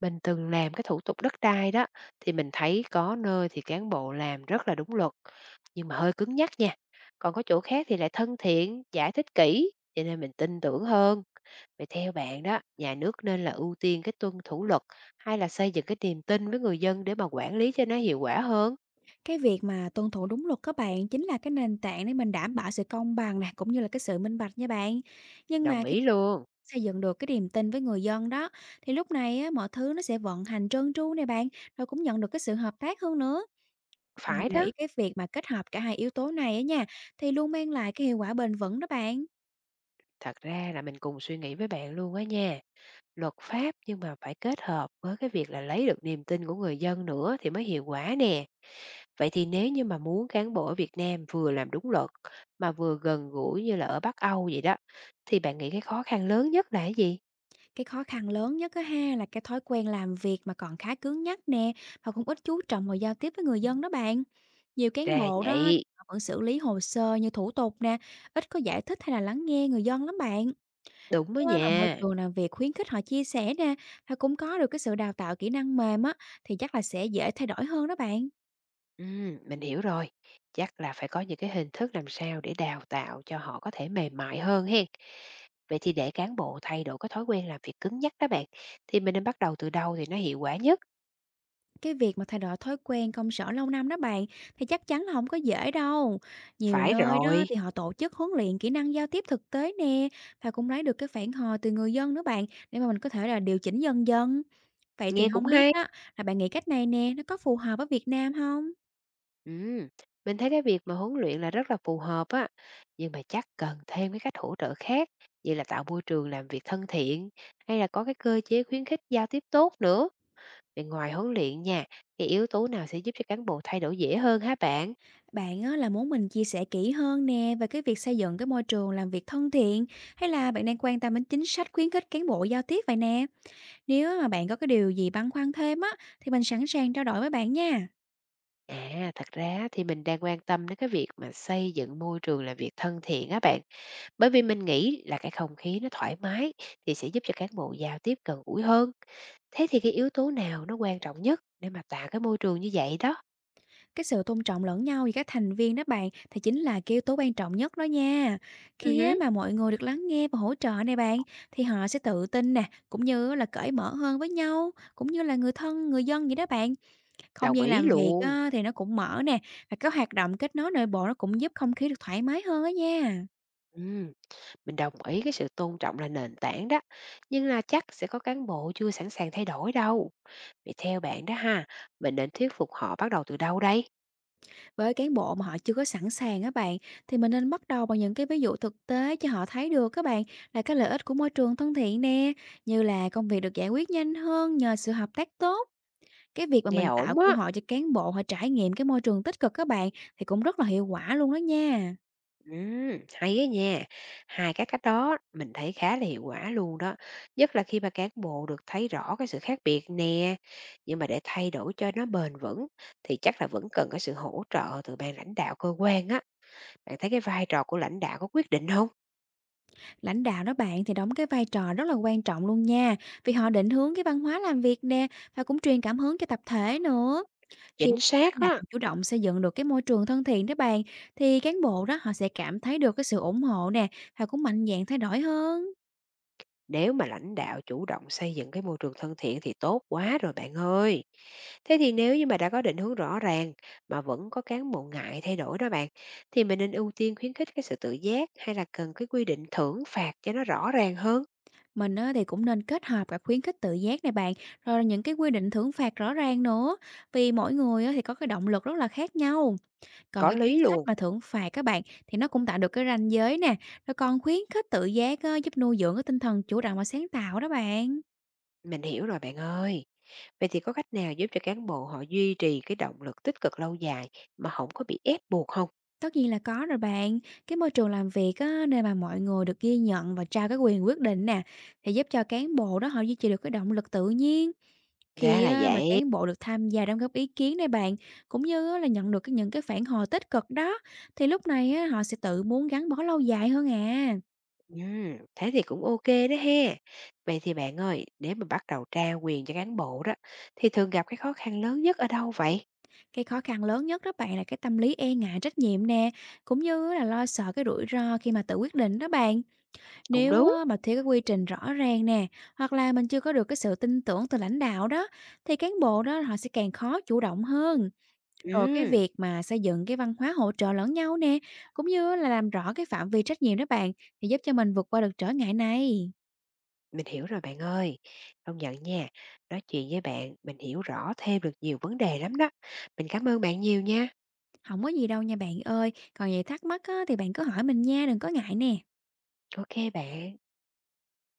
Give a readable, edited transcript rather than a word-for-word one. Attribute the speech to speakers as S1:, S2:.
S1: Mình từng làm cái thủ tục đất đai đó thì mình thấy có nơi thì cán bộ làm rất là đúng luật, nhưng mà hơi cứng nhắc nha. Còn có chỗ khác thì lại thân thiện, giải thích kỹ cho nên mình tin tưởng hơn. Vậy theo bạn đó, nhà nước nên là ưu tiên cái tuân thủ luật hay là xây dựng cái niềm tin với người dân để mà quản lý cho nó hiệu quả hơn?
S2: Cái việc mà tuân thủ đúng luật các bạn chính là cái nền tảng để mình đảm bảo sự công bằng này, cũng như là cái sự minh bạch nha bạn. Nhưng
S1: Đồng
S2: mà khi
S1: ý luôn.
S2: xây dựng được cái niềm tin với người dân đó thì lúc này á, mọi thứ nó sẽ vận hành trơn tru này bạn, rồi cũng nhận được cái sự hợp tác hơn nữa. Mình
S1: Phải đó.
S2: nghĩ cái việc mà kết hợp cả hai yếu tố này á nha thì luôn mang lại cái hiệu quả bền vững đó bạn.
S1: Thật ra là mình cùng suy nghĩ với bạn luôn á nha. Luật pháp nhưng mà phải kết hợp với cái việc là lấy được niềm tin của người dân nữa thì mới hiệu quả nè. Vậy thì nếu như mà muốn cán bộ ở Việt Nam vừa làm đúng luật mà vừa gần gũi như là ở Bắc Âu vậy đó, thì bạn nghĩ cái khó khăn lớn nhất là cái gì?
S2: Cái khó khăn lớn nhất á ha là cái thói quen làm việc mà còn khá cứng nhắc nè, và cũng ít chú trọng vào giao tiếp với người dân đó bạn. Nhiều cán
S1: Ra
S2: bộ đó thì
S1: vậy,
S2: họ vẫn xử lý hồ sơ như thủ tục nè, ít có giải thích hay là lắng nghe người dân lắm bạn.
S1: đúng đó
S2: Nếu á mà môi
S1: nha.
S2: trường làm việc khuyến khích họ chia sẻ nè, và cũng có được cái sự đào tạo kỹ năng mềm á, thì chắc là sẽ dễ thay đổi hơn đó bạn.
S1: Mình hiểu rồi. Chắc là phải có những cái hình thức làm sao để đào tạo cho họ có thể mềm mại hơn hen. Vậy thì để cán bộ thay đổi cái thói quen làm việc cứng nhắc đó bạn, thì mình nên bắt đầu từ đâu thì nó hiệu quả nhất?
S2: Cái việc mà thay đổi thói quen công sở lâu năm đó bạn, thì chắc chắn là không có dễ đâu. Nhiều
S1: Phải
S2: nơi đó
S1: rồi,
S2: thì họ tổ chức huấn luyện kỹ năng giao tiếp thực tế nè, và cũng lấy được cái phản hồi từ người dân nữa bạn, để mà mình có thể là điều chỉnh dần dần. Vậy thì
S1: nghe cũng
S2: không biết
S1: hay.
S2: á, là bạn nghĩ cách này nè, nó có phù hợp với Việt Nam không?
S1: Ừm, mình thấy cái việc mà huấn luyện là rất là phù hợp á, nhưng mà chắc cần thêm cái cách hỗ trợ khác, vậy là tạo môi trường làm việc thân thiện hay là có cái cơ chế khuyến khích giao tiếp tốt nữa. Bên ngoài huấn luyện nha, cái yếu tố nào sẽ giúp cho cán bộ thay đổi dễ hơn hả bạn?
S2: Bạn á là muốn mình chia sẻ kỹ hơn nè về cái việc xây dựng cái môi trường làm việc thân thiện, hay là bạn đang quan tâm đến chính sách khuyến khích cán bộ giao tiếp vậy nè? Nếu mà bạn có cái điều gì băn khoăn thêm á, thì mình sẵn sàng trao đổi với bạn nha.
S1: À, thật ra thì mình đang quan tâm đến cái việc mà xây dựng môi trường làm việc thân thiện á bạn, bởi vì mình nghĩ là cái không khí nó thoải mái thì sẽ giúp cho cán bộ giao tiếp gần gũi hơn. Thế thì cái yếu tố nào nó quan trọng nhất để mà tạo cái môi trường như vậy đó?
S2: Cái sự tôn trọng lẫn nhau giữa các thành viên đó bạn thì chính là cái yếu tố quan trọng nhất đó nha. Khi á
S1: Hứm,
S2: mà mọi người được lắng nghe và hỗ trợ này bạn, thì họ sẽ tự tin nè, cũng như là cởi mở hơn với nhau, cũng như là người thân, người dân vậy đó bạn. Không
S1: đồng
S2: gian
S1: ý
S2: làm việc
S1: luôn.
S2: á, thì nó cũng mở nè, và các hoạt động kết nối nội bộ nó cũng giúp không khí được thoải mái hơn đó nha.
S1: Ừm, mình đồng ý cái sự tôn trọng là nền tảng đó, nhưng là chắc sẽ có cán bộ chưa sẵn sàng thay đổi đâu. Vậy theo bạn đó ha, mình nên thuyết phục họ bắt đầu từ đâu đây?
S2: Với cán bộ mà họ chưa có sẵn sàng á bạn, thì mình nên bắt đầu bằng những cái ví dụ thực tế cho họ thấy được các bạn, là cái lợi ích của môi trường thân thiện nè, như là công việc được giải quyết nhanh hơn nhờ sự hợp tác tốt. Cái việc mà
S1: Nghe
S2: mình tạo
S1: ổn á.
S2: cơ hội cho cán bộ họ trải nghiệm cái môi trường tích cực các bạn thì cũng rất là hiệu quả luôn đó nha.
S1: Hay á nha. Hai cái cách đó mình thấy khá là hiệu quả luôn đó, nhất là khi mà cán bộ được thấy rõ cái sự khác biệt nè. Nhưng mà để thay đổi cho nó bền vững thì chắc là vẫn cần cái sự hỗ trợ từ ban lãnh đạo cơ quan á. Bạn thấy cái vai trò của lãnh đạo có quyết định không?
S2: Lãnh đạo đó bạn thì đóng cái vai trò rất là quan trọng luôn nha, vì họ định hướng cái văn hóa làm việc nè, và cũng truyền cảm hứng cho tập thể nữa. Khi
S1: Chính
S2: lãnh
S1: xác
S2: đạo
S1: á.
S2: chủ động xây dựng được cái môi trường thân thiện đó bạn, thì cán bộ đó họ sẽ cảm thấy được cái sự ủng hộ nè, họ cũng mạnh dạn thay đổi hơn.
S1: Nếu mà lãnh đạo chủ động xây dựng cái môi trường thân thiện thì tốt quá rồi bạn ơi. Thế thì nếu như mà đã có định hướng rõ ràng mà vẫn có cán bộ ngại thay đổi đó bạn, thì mình nên ưu tiên khuyến khích cái sự tự giác hay là cần cái quy định thưởng phạt cho nó rõ ràng hơn?
S2: Mình á, thì cũng nên kết hợp cả khuyến khích tự giác này bạn, rồi là những cái quy định thưởng phạt rõ ràng nữa. Vì mỗi người á, thì có cái động lực rất là khác nhau. Còn
S1: Có
S2: cái chính
S1: lý
S2: sách
S1: luôn.
S2: mà thưởng phạt các bạn thì nó cũng tạo được cái ranh giới nè, rồi còn khuyến khích tự giác á, giúp nuôi dưỡng cái tinh thần chủ động và sáng tạo đó bạn.
S1: Mình hiểu rồi bạn ơi. Vậy thì có cách nào giúp cho cán bộ họ duy trì cái động lực tích cực lâu dài mà không có bị ép buộc không?
S2: Tất nhiên là có rồi bạn. Cái môi trường làm việc á, nơi mà mọi người được ghi nhận và trao cái quyền quyết định nè, thì giúp cho cán bộ đó họ duy trì được cái động lực tự nhiên.
S1: Ra
S2: Khi
S1: là
S2: á, mà
S1: vậy.
S2: cán bộ được tham gia đóng góp ý kiến này bạn, cũng như á, là nhận được những cái phản hồi tích cực đó, thì lúc này á, họ sẽ tự muốn gắn bó lâu dài hơn à.
S1: Thế thì cũng ok đó he. Vậy thì bạn ơi, để mà bắt đầu trao quyền cho cán bộ đó, thì thường gặp cái khó khăn lớn nhất ở đâu vậy?
S2: Cái khó khăn lớn nhất đó bạn là cái tâm lý e ngại trách nhiệm nè, cũng như là lo sợ cái rủi ro khi mà tự quyết định đó bạn.
S1: Cũng
S2: Nếu
S1: đúng.
S2: á mà thiếu cái quy trình rõ ràng nè, hoặc là mình chưa có được cái sự tin tưởng từ lãnh đạo đó, thì cán bộ đó họ sẽ càng khó chủ động hơn. Rồi cái
S1: Ừm,
S2: việc mà xây dựng cái văn hóa hỗ trợ lẫn nhau nè, cũng như là làm rõ cái phạm vi trách nhiệm đó bạn, thì giúp cho mình vượt qua được trở ngại này.
S1: mình hiểu rồi bạn ơi. Công nhận nha, nói chuyện với bạn mình hiểu rõ thêm được nhiều vấn đề lắm đó. Mình cảm ơn bạn nhiều nha.
S2: Không có gì đâu nha bạn ơi, còn gì thắc mắc á, thì bạn cứ hỏi mình nha, đừng có ngại nè.
S1: Ok bạn.